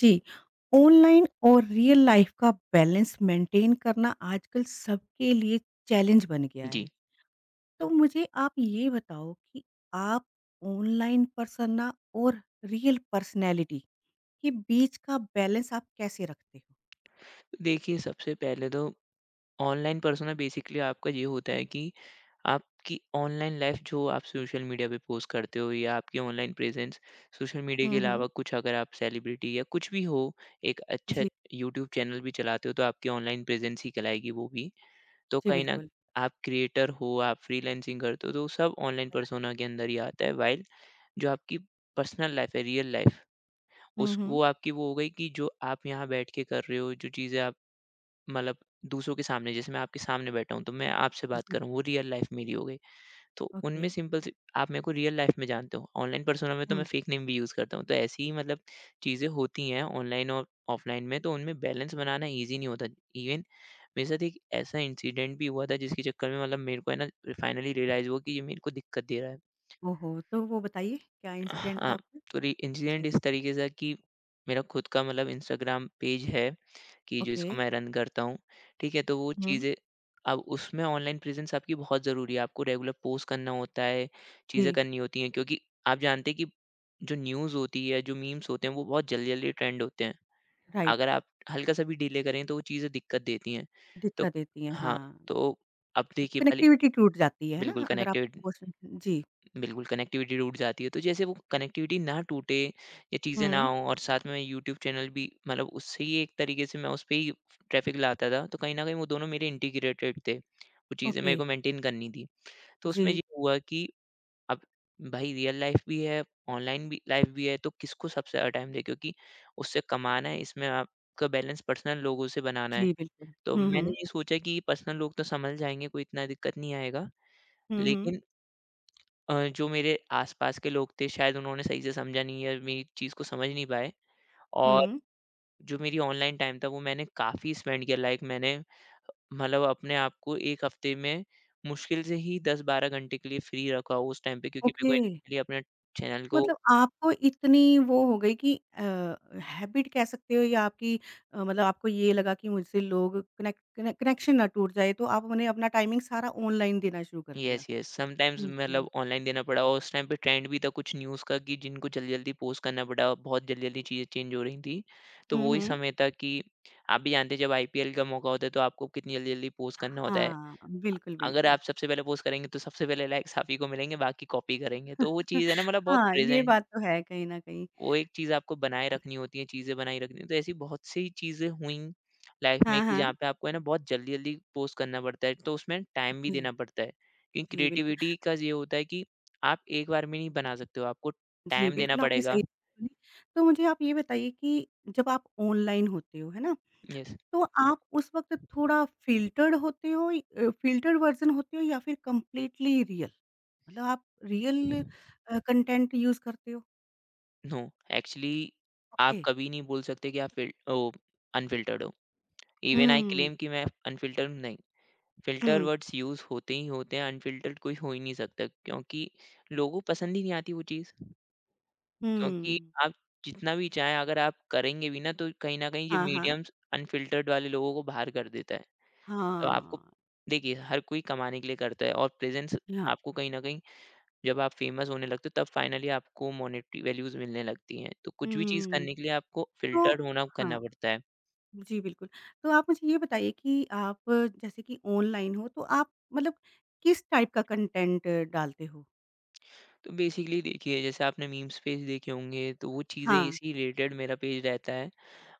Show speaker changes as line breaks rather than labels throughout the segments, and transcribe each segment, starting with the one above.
जी, online और real life का balance maintain करना आजकल सबके लिए चैलेंज बन गया
जी।
है। तो मुझे आप ये बताओ कि आप ऑनलाइन पर्सना और रियल पर्सनैलिटी के बीच का बैलेंस आप कैसे रखते हो?
देखिए, सबसे पहले तो ऑनलाइन पर्सोना बेसिकली आपका ये होता है कि आपकी ऑनलाइन लाइफ़ जो आप सोशल मीडिया पे पोस्ट करते हो या आपकी ऑनलाइन प्रेज़ेंस, सोशल मीडिया के
हुँ, हुँ।
अलावा कुछ अगर आप सेलिब्रिटी या कुछ भी हो, एक अच्छा
जी।
यूट्यूब चैनल भी चलाते हो, तो आपकी ऑनलाइन प्रेज़ेंस ही कहलाएगी वो भी। तो
जी,
कहीं न
बिल्कुल।
आप क्रिएटर हो, आप फ्रीलांसिंग करते हो, तो सब ऑनलाइन पर्सोना के अंदर ही आता है। व्हाइल जो आपकी पर्सनल लाइफ़ है, रियल लाइफ़,
हुँ,
उस वो
हुँ।
आपकी वो हो गई कि जो आप यहाँ बैठ के कर रहे हो, जो चीज़ें आप मतलब दूसरों के सामने जैसे मैं आपके सामने बैठा हूँ तो मैं आपसे बात
जी।
कर रहा हूँ वो रियल लाइफ मेरी हो गई। तो
ओके।
उनमें सिंपल सी आप मेरे को रियल लाइफ में जानते हो, ऑनलाइन पर्सोना में तो मैं
हुँ।
फेक नेम भी यूज़ करता हूँ। तो ऐसी ही मतलब चीज़ें होती हैं ऑनलाइन और ऑफलाइन में, तो उनमें बैलेंस बनाना ईजी नहीं होता। इवन मेरे साथ एक ऐसा इंसिडेंट भी हुआ था जिसके चक्कर में मतलब मेरे को है ना फाइनली रियलाइज़ हुआ कि ये मेरे को दिक्कत दे रहा है।
ओहो! तो वो बताइए क्या इंसिडेंट था
हाँ,
आपका?
तो इंसिडेंट
जी।
इस तरीके से था कि मेरा खुद का मतलब इंस्टाग्राम पेज है कि जो
ओके।
इसको मैं रन करता हूँ, ठीक है? तो वो
हुँ।
चीज़ें अब उसमें ऑनलाइन प्रेज़ेंस आपकी बहुत ज़रूरी है। आपको रेगुलर पोस्ट करना होता है, चीज़ें
जी,
करनी होती हैं क्योंकि आप जानते हैं कि जो न्यूज़ होती है, जो मीम्स होते हैं, वो बहुत जल्दी-जल्दी ट्रेंड होते हैं। अगर
राइट।
आप हल्का-सा भी डिले करें तो वो चीज़ें दिक्कत देती हैं। तो
दिक्कत देती हैं,
हाँ,
हाँ।
तो अब देखिए पहले
कनेक्टिविटी टूट जाती है
बिल्कुल
ना अगर आप
कनेक्टेड
वो स जी।
बिल्कुल, कनेक्टिविटी टूट जाती है। तो जैसे वो कनेक्टिविटी ना टूटे, ये चीज़ें ना
हुँ,
हों और साथ में यूट्यूब चैनल भी मतलब उससे ही एक तरीके से मैं उस पे ही ट्रैफ़िक लाता था, तो कहीं न कहीं वो दोनों मेरे इंटीग्रेटेड थे। वो चीज़ें
ओके।
मेरे को मेंटेन करनी थी। तो उसमें ये
जी,
हुआ कि अब भाई रियल लाइफ़ भी है, ऑनलाइन भी लाइफ़ भी है, तो किसको सबसे ज़्यादा टाइम दें क्योंकि उससे कमाना है, इसमें आपका बैलेंस पर्सनल लोगों से बनाना है।
जी, बिल्कुल।
तो
हुँ,
मैंने
हुँ।
ये सोचा कि पर्सनल लोग तो सँभल जाएँगे, कोई इतना दिक्कत नहीं आएगा।
हुँ, हुँ।
लेकिन जो मेरे आस-पास के लोग थे शायद उन्होंने सही से समझा नहीं या मेरी चीज़ को समझ नहीं पाए, और
हुँ,
जो मेरी ऑनलाइन टाइम था वो मैंने काफ़ी स्पेंड किया। लाइक मैंने मतलब अपने आप को 1 हफ्ते में मुश्किल से ही 10-12 घंटे के लिए फ्री रखा उस टाइम पे क्योंकि मेरे को
ओके।
एक्चुअली अपने चैनल को
मतलब आपको इतनी वो हो गई कि हैबिट कह सकते हो या आपकी मतलब आपको ये लगा कि मुझसे लोग कनेक्ट कने कनेक्शन ना टूट जाए तो आप उन्हें अपना टाइमिंग सारा ऑनलाइन देना शुरू कर
यस,
दिया।
यस समटाइम्स मतलब
जी।
ऑनलाइन देना पड़ा, और उस टाइम पे ट्रेंड भी था कुछ न्यूज़ का कि जिनको जल्दी-जल्दी पोस्ट करना पड़ा, बहुत जल्दी-जल्दी चीज़ें चेंज हो रही थी। तो
हुँ,
वो ही
हुँ।
समय था कि आप भी जानते हैं जब आईपीएल का मौका होता है तो आपको कितनी जल्दी-जल्दी पोस्ट करना होता है।
हाँ, बिल्कुल,
अगर
बिल्कुल।
आप सबसे पहले पोस्ट करेंगे तो सबसे पहले लाइक्स आप ही को मिलेंगे, बाकी कॉपी करेंगे। तो वो चीज़ है ना मतलब बहुत
हाँ, ये
प्रेज़ेंट
बात तो है कहीं न कहीं।
वो एक चीज़ आपको बनाए रखनी होती है, चीज़ें बनाई रखनी होती है। तो ऐसी बहुत सी चीज़ें हुईं लाइफ़ में
हाँ,
कि जहाँ
हाँ।
पे आपको है ना बहुत जल्दी-जल्दी पोस्ट करना पड़ता है, तो उसमें टाइम भी
ओके।
देना पड़ता है। क्योंकि
जी, बिल्कुल।
क्रिएटिविटी का ये होता है कि आप एक बार में नहीं बना सकते हो, आपको
जी,
टाइम देना
बिल्कुल आपने
पड़ेगा।
सही बोली। तो मुझे आप ये बताइए कि जब आप ऑनलाइन होते हो, है ना?
येस,
तो आप उस वक़्त थोड़ा फ़िल्टर्ड होते हो, फ़िल्टर्ड वर्ज़न होते हो या फिर कंप्लीटली रियल? मतलब आप रियल कंटेंट यूज़ करते हो?
No actually
okay.
आप कभी नहीं बोल सकते कि आप फ़िल ओ अनफ़िल्टर्ड हो। इवन आई
हुँ,
क्लेम कि मैं अनफ़िल्टर्ड हूँ, नहीं। फ़िल्टर
हुँ,
वर्ड्स यूज़ होते ही होते हैं, अनफ़िल्टर्ड कोई हो ही नहीं सकता क्योंकि लोगों को पसंद ही नहीं आती वो चीज़। क्योंकि
हुँ।
आप जितना भी चाहें अगर आप करेंगे भी ना तो कहीं न कहीं ये
हाँ, हाँ।
मीडियम्स अनफ़िल्टर्ड वाले लोगों को बाहर कर देता है। तो आपको
हाँ,
देखिए हर कोई कमाने के लिए करता है और प्रेज़ेंस
हाँ।
आपको कहीं न कहीं जब आप फ़ेमस होने लगते हो तब फ़ाइनली आपको मॉनेटरी वैल्यूज़ मिलने लगती हैं। तो कुछ भी चीज़
हुँ,
करने के लिए आपको
तो
फ़िल्टर्ड होना करना
हाँ,
पड़ता है।
जी बिल्कुल। तो आप मुझे ये बताइए कि आप जैसे कि ऑनलाइन हो तो आप मतलब किस टाइप का कंटेंट डालते हो?
तो बेसिकली देखिए जैसे आपने मीम्स पेज देखे होंगे तो वो चीज़ें
हाँ,
इसी रिलेटेड मेरा पेज रहता है।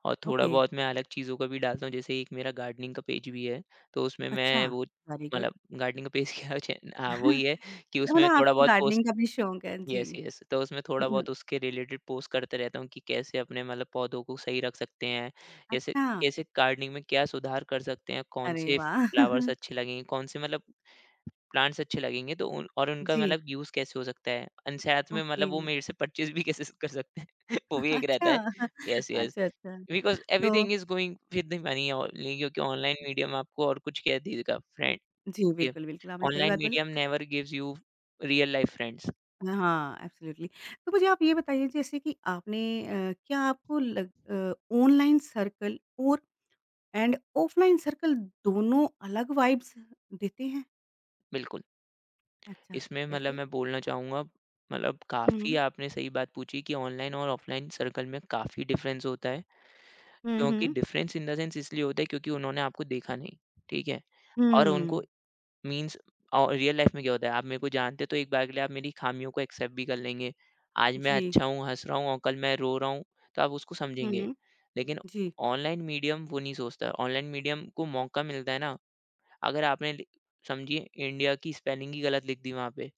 और थोड़ा
ओके,
बहुत मैं अलग चीज़ों का भी डालता हूँ, जैसे एक मेरा गार्डनिंग का पेज भी है, तो उसमें
अच्छा,
मैं वो
वेरी गुड।
मतलब गार्डनिंग का पेज क्या चे हाँ, वही है कि
तो
उसमें
मतलब
थोड़ा
आपको
बहुत पोस्ट
गार्डनिंग का भी शौक है, जी।
Yes, yes. तो उसमें थोड़ा
हुँ,
बहुत उसके रिलेटेड पोस्ट करते रहता हूँ कि कैसे अपने मतलब पौधों को सही रख सकते हैं, जैसे
अच्छा,
कैसे गार्डनिंग में क्या सुधार कर सकते हैं, कौन
अरे
से
वाह!
फ्लावर्स अच्छे लगेंगे, कौन से मतलब प्लांट्स अच्छे लगेंगे तो उन और उनका
जी,
मतलब यूज़ कैसे हो सकता है। एंड साथ में
ओके,
मतलब वो मेरे से परचेज़ भी कैसे कर सकते हैं, वो भी एक
अच्छा,
रहता है। Yes, yes.
अच्छा, अच्छा।
बिकॉज
तो
everything is going with the money only क्योंकि ऑनलाइन मीडियम आपको और कुछ कह देगा फ्रेंड।
जी,
ये
बिल्कुल, बिल्कुल, आपने सही
ऑनलाइन
बात बोली।
Medium never gives you real life friends.
हाँ, एब्सोल्युटली। तो मुझे आप ये बताइए जैसे कि आपने क्या आपको ऑनलाइन सर्कल और एंड ऑफलाइन सर्कल दोनों अलग वाइब्स देते हैं?
बिल्कुल,
अच्छा,
इसमें मतलब
कैसे?
मैं बोलना चाहूँगा मतलब काफ़ी
हुँ,
आपने सही बात पूछी कि ऑनलाइन और ऑफलाइन सर्कल में काफ़ी डिफरेंस होता है
हुँ,
क्योंकि
हुँ,
डिफरेंस इन द सेंस इसलिए होता है क्योंकि उन्होंने आपको देखा नहीं, ठीक है, और उनको
हुँ,
मीन्स और रियल लाइफ में क्या होता है, आप मेरे को जानते तो एक बार के लिए आप मेरी ख़ामियों को एक्सेप्ट भी कर लेंगे। आज मैं
जी।
अच्छा हूँ, हँस रहा हूँ और कल मैं रो रहा हूँ, तो आप उसको समझेंगे।
हुँ।
लेकिन
जी।
ऑनलाइन मीडियम वो नहीं सोचता। ऑनलाइन मीडियम को मौका मिलता है ना, अगर आपने लि समझिए इंडिया की स्पेलिंग ही गलत लिख दी वहाँ पे,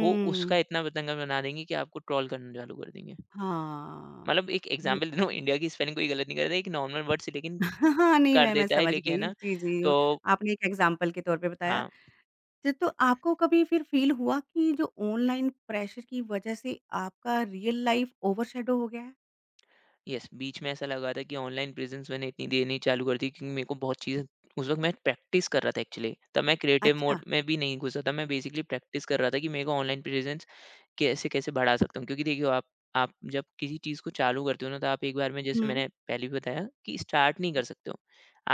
वो उसका इतना बतंगा बना देंगे कि आपको ट्रोल करना चालू कर देंगे।
हाँ।
मतलब एक
मु
एग्ज़ाम्पल दे रहा हूँ, इंडिया की स्पेलिंग कोई गलत नहीं करता, एक नॉर्मल वर्ड से लेकिन
हाँ, नहीं
कर
मैं
देता है
समझ
लेकिन है
गई।
ना,
जी, जी वो
तो
आपने एक एग्ज़ाम्पल के तौर पे बताया।
हाँ।
ज तो आपको कभी फिर फ़ील हुआ कि जो ऑनलाइन प्रेशर की वज़ह से आपका रियल लाइफ़ ओवरशैडो हो गया है?
यस, बीच में ऐसा लगा था कि ऑनलाइन प्रेजेंस मैंने इतनी देनी चालू कर दी क्योंकि मेरे को बहुत चीज़ें उस वक्त मैं प्रैक्टिस कर रहा था एक्चुअली। तब मैं क्रिएटिव
अच्छा।
मोड में भी नहीं घुसा था, मैं बेसिकली प्रैक्टिस कर रहा था कि मेरे को ऑनलाइन प्रेजेंस कैसे कैसे बढ़ा सकता हूँ क्योंकि देखिए आप जब किसी चीज़ को चालू करते हो ना तो आप एक बार में जैसे
हुँ।
मैंने पहले भी बताया कि स्टार्ट नहीं कर सकते हो,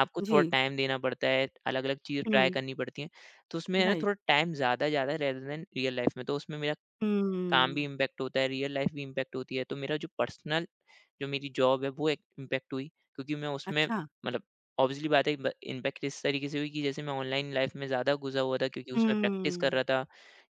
आपको थोड़ा
जी।
टाइम देना पड़ता है, अलग अलग चीज़ें ट्राई
हुँ।
करनी पड़ती हैं। तो उसमें है ना
राइट।
थोड़ा टाइम ज़्यादा ज़्यादा रेदर देन रियल लाइफ में, तो उसमें मेरा काम भी
हुँ।
इम्पैक्ट होता है, रियल लाइफ़ भी इम्पैक्ट होती है। तो मेरा जो पर्सनल जो मेरी जॉब है वो एक इम्पैक्ट हुई क्योंकि मैं उसमें
अच्छा।
मतलब ऑब्वियसली बात है ब इम्पैक्ट इस तरीके से हुई कि जैसे मैं ऑनलाइन लाइफ़ में ज़्यादा घुसा हुआ था क्योंकि
हुँ।
उसमें प्रैक्टिस कर रहा था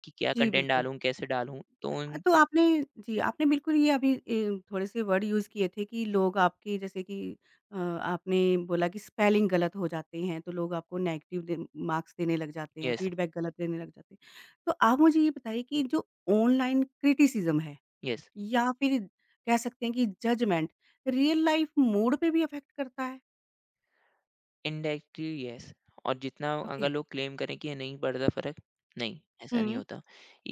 कि क्या
जी,
कंटेंट
बिल्कुल।
डालूँ, कैसे डालूँ? तो उन
तो आपने जी, आपने बिल्कुल ये अभी थोड़े-से वर्ड यूज़ किए थे कि लोग आपके जैसे कि आपने बोला कि स्पेलिंग गलत हो जाते हैं, तो लोग आपको नेगेटिव दे मार्क्स देने लग जाते हैं,
यस,
फीडबैक गलत देने लग जाते हैं। तो आप मुझे ये बताइए कि जो ऑनलाइन क्रिटिसिज़्म है
यस।
या फिर कह सकते हैं कि जजमेंट, रियल लाइफ मूड पे भी अफेक्ट करता है?
इनडायरेक्टली यस, और जितना
ओके।
अगर लोग क्लेम करें कि ये नहीं पड़ता फ़र्क, नहीं, ऐसा नहीं
हुँ,
होता।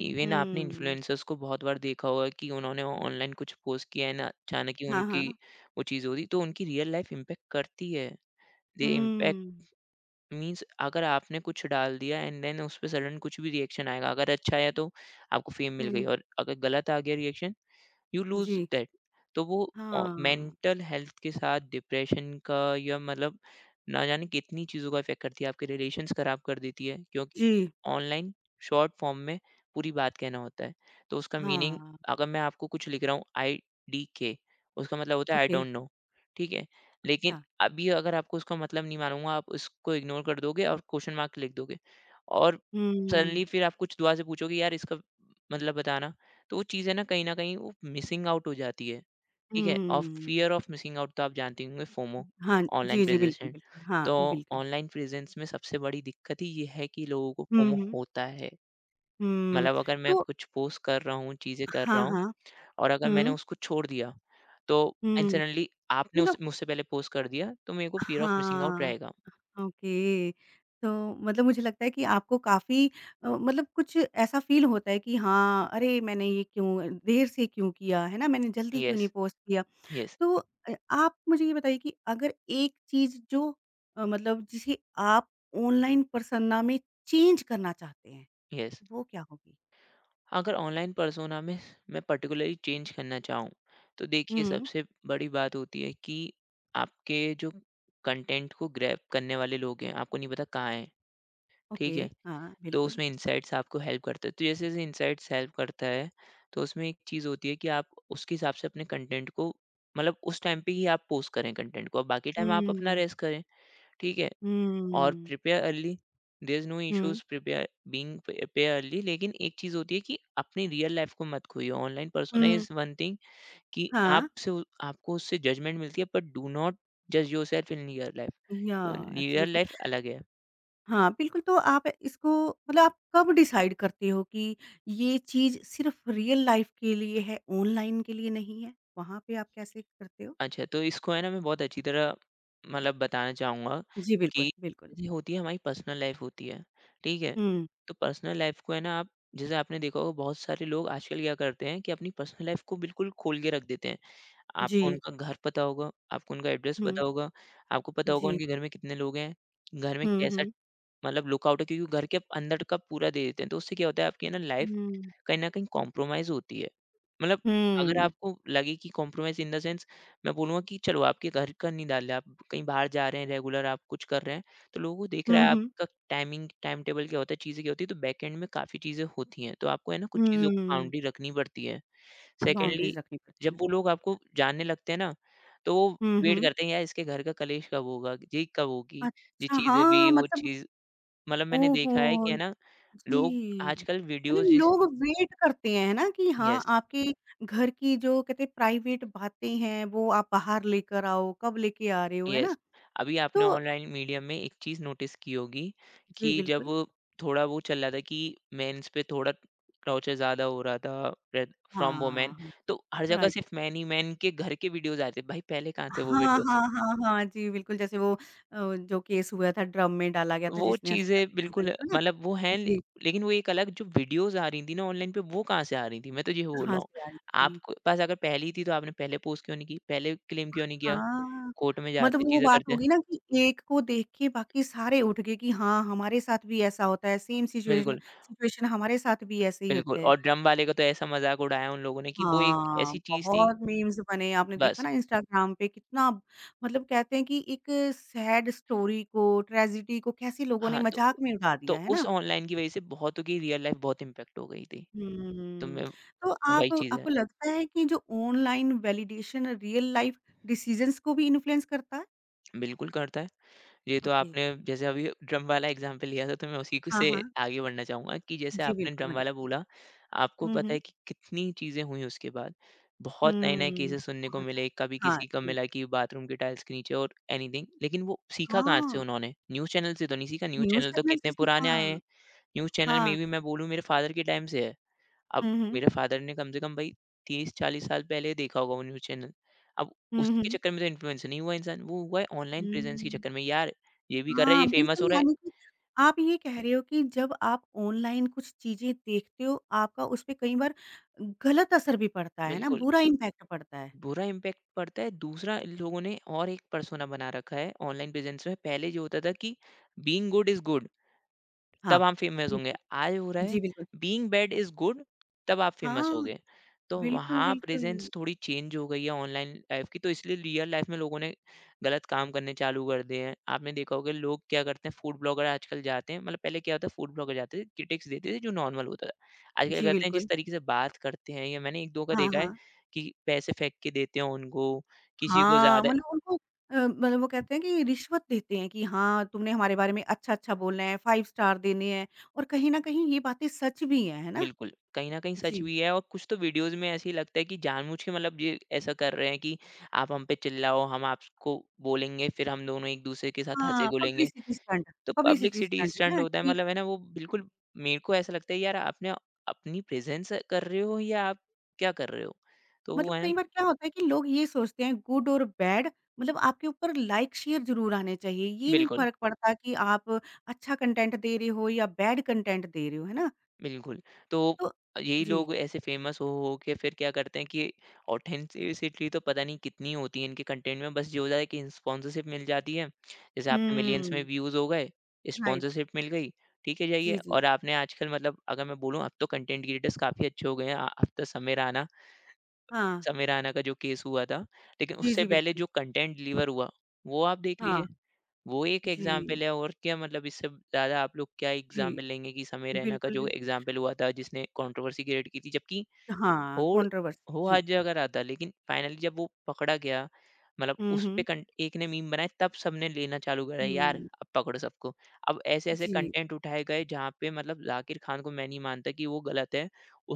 इवन आपने
हुँ।
इन्फ्लुएंसर्स को बहुत बार देखा होगा कि उन्होंने ऑनलाइन कुछ पोस्ट किया है ना, अचानक ही
हाँ,
उनकी
हाँ।
वो चीज़ हो रही, तो उनकी रियल लाइफ़ इम्पैक्ट करती है। दे
हुँ,
इम्पैक्ट मीन्स अगर आपने कुछ डाल दिया एंड देन उस पे सडन कुछ भी रिएक्शन आएगा, अगर अच्छा आया तो आपको फ़ेम मिल गई
हुँ।
और अगर गलत आ गया रिएक्शन यू लूज
जी।
दैट। तो वो
हाँ।
मेंटल हेल्थ के साथ डिप्रेशन का या मतलब ना जाने कितनी चीज़ों का इफेक्ट करती है, आपके रिलेशंस खराब कर देती है क्योंकि
जी।
ऑनलाइन शॉर्ट फॉर्म में पूरी बात कहना होता है तो उसका मीनिंग
हाँ।
अगर मैं आपको कुछ लिख रहा हूँ IDK, उसका मतलब होता है आई
ओके।
डोंट नो, ठीक है? लेकिन
अच्छा।
अभी अगर आपको उसका मतलब नहीं मालूंगा आप उसको इग्नोर कर दोगे और क्वेश्चन मार्क लिख दोगे, और सडनली
हुँ,
फिर आप कुछ दुआ से पूछोगे यार इसका मतलब बताना। तो वो चीज़ें ना कहीं न कहीं वो मिसिंग आउट हो जाती है, ठीक है? और
हुँ।
फ़ियर ऑफ मिसिंग आउट तो आप जानते ही होंगे फोमो,
हाँ,
ऑनलाइन
जी, जी, बिल्कुल,
प्रेज़ेशन।
बिल्कुल। हाँ,
तो
बिल्कुल।
ऑनलाइन प्रेज़ेंस में सबसे बड़ी दिक्कत ही ये है कि लोगों को
हुँ,
फोमो
हुँ,
होता है।
हुँ।
मतलब अगर मैं
तो
कुछ पोस्ट कर रहा हूँ, चीज़ें कर रहा
हाँ,
हूँ
हाँ।
और अगर मैंने
हुँ,
उसको छोड़ दिया, तो
हुँ।
इंसिडेंटली आपने उस
मतलब
मुझसे पहले पोस्ट कर दिया, तो मेरे को फ़ियर ऑफ मिसिंग आउट
हाँ,
रहेगा।
ओके। तो मतलब मुझे लगता है कि आपको काफ़ी मतलब कुछ ऐसा फ़ील होता है कि हाँ, अरे! मैंने ये क्यों देर से क्यों किया, है ना? मैंने जल्दी क्यों
यस,
नहीं पोस्ट किया?
यस,
तो आप मुझे ये बताइए कि अगर एक चीज़ जो मतलब जिसे आप ऑनलाइन पर्सोना में चेंज करना चाहते हैं
यस।
वो क्या होगी?
अगर ऑनलाइन पर्सोना में मैं पर्टिकुलरली चेंज करना चाहूँ तो देखिए
हुँ,
सबसे बड़ी बात होती है कि आपके जो कंटेंट को ग्रैब करने वाले लोग हैं आपको नहीं पता कहाँ हैं।
ओके।
ठीक है।
हाँ,
तो
बिल्कुल।
उसमें इंसाइट्स आपको हेल्प करता है, तो जैसे जैसे इंसाइट्स हेल्प करता है तो उसमें एक चीज़ होती है कि आप उसके हिसाब से अपने कंटेंट को मतलब उस टाइम पे ही आप पोस्ट करें कंटेंट को, अब बाकी टाइम आप अपना
हुँ,
रेस्ट करें। ठीक है। और
हुँ,
prepare early, there is no
hmm,
issues, prepare being prepare early. लेकिन एक चीज होती है कि अपनी रियल लाइफ को मत खोइए। Online persona
hmm.
Is one thing कि
हाँ।
आपसे आपको उससे जजमेंट मिलती है, बट डू नॉट जज yourself in real life.
Yeah!
Real life
absolutely.
अलग है।
हाँ, बिल्कुल तो आप इसको मतलब आप कब डिसाइड करते हो कि ये चीज़ सिर्फ़ रियल लाइफ़ के लिए है, ऑनलाइन के लिए नहीं है? वहाँ पे आप कैसे करते हो?
अच्छा, तो इसको है ना मैं बहुत अच्छी तरह मतलब बताना चाहूंगा
जी,
कि
बिल्कुल, बिल्कुल।
जैसे होती है हमारी पर्सनल लाइफ होती है। ठीक है।
हुँ,
तो पर्सनल लाइफ को है ना आप, जैसे आपने देखा होगा बहुत सारे लोग आजकल क्या करते हैं कि अपनी पर्सनल लाइफ को बिल्कुल खोल के रख देते हैं। आपको
जी।
उनका घर पता होगा, आपको उनका एड्रेस
हुँ,
पता होगा, आपको पता होगा
जी।
उनके घर में कितने लोग हैं, घर में
हुँ,
कैसा
हुँ,
मतलब लुकआउट है, क्योंकि घर के अंदर का पूरा दे देते हैं। तो उससे क्या होता है आपकी है ना लाइफ
हुँ,
कहीं न कहीं कॉम्प्रोमाइज़ होती है। मतलब अगर
हुँ,
आपको लगे कि कॉम्प्रोमाइज़ इन द सेंस, मैं बोलूँगा कि चलो आपके घर का नहीं डाल रहे, आप कहीं बाहर जा रहे हैं, रेगुलर आप कुछ कर रहे हैं, तो लोगों को दिख रहा
हुँ,
है
हुँ,
आपका टाइमिंग टाइम टेबल क्या होता है, चीज़ें क्या होती हैं, तो बैक एंड में काफ़ी चीज़ें होती हैं। तो आपको है ना कुछ चीज़ों को
हुँ।
बाउंड्री रखनी पड़ती है। सेकंडली
बाउंड्रीज़ रखनी पड़ती
जब
हैं।
वो लोग आपको जानने लगते हैं ना, तो वो
हुँ,
वेट
हुँ।
करते हैं यार इसके घर का कलेश कब होगा, ये कब होगी, ये
अच्छा,
चीज़ें भी,
हाँ
वो
मतलब
चीज़ मतलब मैंने देखा है कि
ओहो!
है ना लोग
जी।
आजकल
मतलब
वीडियोज़ जिस।
लोग वेट करते हैं, है ना? कि हाँ,
यस।
आपके घर की जो कहते हैं प्राइवेट बातें हैं, वो आप बाहर लेकर आओ, कब लेके आ रहे हो, है
यस।
ना?
अभी आपने
तो
ऑनलाइन मीडिया में एक चीज़ नोटिस की होगी कि
जी,
जब
बिल्कुल।
थोड़ा वो चल रहा था कि मेंस पे थोड़ा टॉर्चर ज़्यादा हो रहा था फ्रॉम वुमेन,
हाँ,
तो हर जगह
राइट।
सिर्फ मैन ही मैन के घर के वीडियोस आते। भाई पहले कहाँ थे वो
हाँ,
वीडियोस?
हाँ, हाँ, हाँ। जी, बिल्कुल जैसे वो जो केस हुआ था, ड्रम में डाला गया था
वो
जिसने हस
चीज़ें
अपने
बिल्कुल
हस्बैंड को, है ना?
मतलब
जी,
लेकिन वो एक अलग जो वीडियोस आ रही थी ना ऑनलाइन पे, वो कहाँ से आ रही थी? मैं तो ये बोल रहा
कहाँ
हूँ
से आई थी?
आपके पास अगर पहले ही थी तो आपने पहले पोस्ट क्यों नहीं की, पहले क्लेम क्यों नहीं किया,
हाँ,
कोर्ट में
मतलब
जाते,
वो
चीज़ें
बात
करते।
होगी ना कि एक को देख के बाकी सारे उठ गए कि हाँ, हमारे साथ भी ऐसा होता है, सेम सिचुएशन
बिल्कुल।
सिचुएशन हमारे साथ भी ऐसे ही
बिल्कुल।
होते हैं।
और ड्रम वाले का तो ऐसा मज़ाक उड़ाया उन लोगों ने कि वो एक
हाँ,
ऐसी चीज़ थी।
बहुत मीम्स बने, आपने देखा
बस।
ना इंस्टाग्राम पे कितना मतलब कहते हैं कि एक सैड स्टोरी को, ट्रेजेडी को कैसे लोगों ने
हाँ,
मज़ाक में उड़ा
तो
दिया, है
उस
ना?
ऑनलाइन की वज़ह से बहुतों की रियल लाइफ़ बहुत इम्पैक्ट हो गई थी। तो
हुँ,
मैं
तो
वही
आप
चीज़ है।
आपको लगता है कि जो online validation real life decisions को भी इन्फ्लुएंस करता है?
बिल्कुल करता है। ये तो
ओके।
आपने जैसे अभी ड्रम वाला एग्ज़ाम्पल लिया था, तो मैं उसी क
हाँ,
से
हाँ।
आगे बढ़ना चाहूँगा कि जैसे
जी,
आपने
बिल्कुल,
ड्रम वाला
बताइए।
बोला, आपको
हुँ,
पता
हुँ।
है कि कितनी चीज़ें हुई उसके बाद। बहुत नए-नए
हुँ,
केसेज़ सुनने को
बहुत
मिले, कभी
ज़्यादा। हाँ
किसी का
जी।
मिला कि बाथरूम के टाइल्स के नीचे और एनीथिंग। लेकिन वो सीखा कहाँ से
हाँ,
उन्होंने? न्यूज़ चैनल से तो नहीं सीखा, न्यूज़
न्यूज़
चैनल तो
चैनल से
कितने
सीखा।
पुराने आए हैं। न्यूज़ चैनल में
हाँ।
भी मैं बोलूँ मेरे फ़ादर के टाइम से है। अब
हुँ, हुँ।
मेरे फ़ादर ने कम से कम भाई 30-40 साल पहले देखा होगा वो न्यूज़ चैनल। अब
हुँ,
उसके
हुँ।
चक्कर में तो इन्फ्लुएंसर नहीं हुआ इंसान, वो हुआ है ऑनलाइन प्रेज़ेंस के
हुँ।
चक्कर में, यार ये भी कर रहा है, ये
हाँ,
फ़ेमस
बिल्कुल
हो रहा है।
यानी कि आप ये कह रहे हो कि जब आप ऑनलाइन कुछ चीज़ें देखते हो, आपका उस पे कई बार गलत असर भी पड़ता है ना,
बिल्कुल,
बुरा इम्पैक्ट पड़ता है।
बुरा इम्पैक्ट पड़ता है। दूसरा इन लोगों ने और एक पर्सोना बना रखा है ऑनलाइन प्रेज़ेंस में। पहले ये होता था कि बीइंग गुड इज़ गुड। तब
हाँ,
हम फेमस होंगे।
बिल्कुल।
आज हो रहा है
जी, बिल्कुल।
बीइंग बैड इज़ गुड, तब आप फेमस
हाँ,
हो गए। तो
बिल्कुल,
वहाँ प्रेज़ेंस
बिल्कुल।
थोड़ी चेंज हो गई है ऑनलाइन लाइफ़ की, तो इसलिए रियल लाइफ़ में लोगों ने गलत काम करने चालू कर दिए हैं। आपने देखा होगा लोग क्या करते हैं, फूड ब्लॉगर आजकल जाते हैं, मतलब पहले क्या होता है फूड ब्लॉगर जाते थे, क्रिटिक्स देते थे जो नॉर्मल होता था। आजकल क्या
जी,
करते हैं जिस
बिल्कुल।
तरीके से बात करते हैं, या मैंने 1-2 का
हाँ,
देखा है
हाँ।
कि पैसे फेंक के देते हैं उनको, किसी को
हाँ,
ज़्यादा।
मतलब उनको मतलब वो कहते हैं कि रिश्वत देते हैं कि हाँ, तुमने हमारे बारे में अच्छा-अच्छा बोलना है, 5 स्टार देने हैं और कहीं न कहीं ये बातें सच भी हैं, है ना?
बिल्कुल, कहीं न कहीं सच
जी।
भी है और कुछ तो वीडियोज़ में ऐसे ही लगता है कि जानबूझ के मतलब ये ऐसा कर रहे हैं कि आप हम पे चिल्लाओ, हम आपको बोलेंगे, फिर हम दोनों एक-दूसरे के साथ
हाँ,
हँसे-घुलेंगे।
Publicity stunt.
तो
पब्लिसिटी
पब्लिसिटी
स्टंट है
स्टंट
ना
होता है
कि
मतलब है ना वो बिल्कुल मेरे को ऐसा लगता है यार आपने अपनी प्रेज़ेंस कर रहे हो या आप क्या कर रहे हो? तो वो
मतलब
है ना
कई बार क्या होता है कि लोग ये सोचते हैं गुड और बैड मतलब आपके ऊपर लाइक शेयर ज़रूर आने चाहिए। ये नहीं
बिल्कुल।
फ़र्क पड़ता कि आप अच्छा कंटेंट दे रहे हो या बैड कंटेंट दे रहे हो, है ना?
बिल्कुल। तो
तो
यही
जी।
लोग ऐसे फ़ेमस हो के फिर क्या करते हैं कि ऑथेंटिसिटी तो पता नहीं कितनी होती है इनके कंटेंट में, बस ये हो जाता है कि स्पॉन्सरशिप मिल जाती है। जैसे आपके मिलियंस में
हुँ,
व्यूज़ हो गए,
राइट।
स्पॉन्सरशिप मिल गई, ठीक है जाइए।
जी, जी।
और आपने आजकल मतलब अगर मैं बोलूँ अब तो कंटेंट क्रिएटर्स काफ़ी अच्छे हो गए हैं। अब तो
हाँ।
समीर राना का जो केस हुआ था, लेकिन
जी,
उससे
जी,
पहले
बिल्कुल।
जो कंटेंट डिलीवर हुआ, वो आप देख लीजिए।
हाँ।
वो एक
जी,
एग्जाम्पल है और क्या मतलब इससे ज़्यादा आप लोग क्या
जी।
एग्जाम्पल लेंगे कि समय रैना का
बिल्कुल,
जो
बिल्कुल।
एग्जाम्पल हुआ था जिसने कंट्रोवर्सी क्रिएट की थी, जबकि
हाँ,
हो
कंट्रोवर्सी।
हो हर
जी।
जगह रहा था, लेकिन फाइनली जब वो पकड़ा गया मतलब
हुँ,
उस पे
हुँ,
एक ने मीम बनाए तब सबने लेना चालू करा। यार
हुँ।
अब पकड़ो सबको। अब ऐसे ऐसे
जी।
कंटेंट उठाए गए जहाँ पे मतलब जाकिर खान को मैं नहीं मानता कि वो गलत है।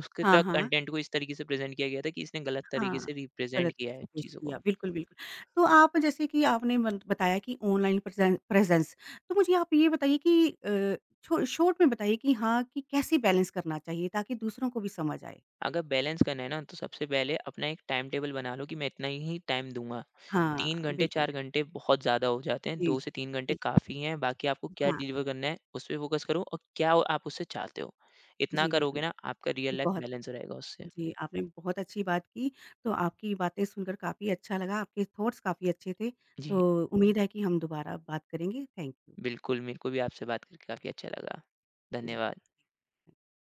उसके
हाँ,
तक
हाँ।
कंटेंट को इस तरीके से प्रेजेंट किया गया था कि इसने गलत तरीके
हाँ,
से रिप्रेजेंट
गलत
किया है
से पेश
चीज़ों को।
किया। बिल्कुल, बिल्कुल। तो आप जैसे कि आपने बन बताया कि ऑनलाइन प्रेज़ेंस तो मुझे आप ये बताइए कि छो शॉर्ट में बताइए कि हाँ, कि कैसे बैलेंस करना चाहिए ताकि दूसरों को भी समझ आए?
अगर बैलेंस करना है ना तो सबसे पहले अपना एक टाइम टेबल बना लो कि मैं इतना ही टाइम दूंगा,
हाँ,
3 घंटे
बिल्कुल।
4 घंटे बहुत ज़्यादा हो जाते हैं,
जी,
2 से
जी।
3 घंटे
बिल्कुल।
काफ़ी हैं, बाकी आपको क्या
हाँ,
डिलीवर करना है उस पे फोकस करो और क्या आप उससे चाहते हो। इतना
जी बिल्कुल।
करोगे ना आपका रियल
जी,
लाइफ
बहुत
बैलेंस रहेगा उससे।
जी, आपने बहुत अच्छी बात की। तो आपकी बातें सुनकर काफ़ी अच्छा लगा, आपके थॉट्स काफ़ी अच्छे थे।
जी
तो उम्मीद है कि हम दोबारा बात करेंगे। Thank you.
बिल्कुल, मेरे को भी आपसे बात करके काफ़ी अच्छा लगा।
जी।
धन्यवाद।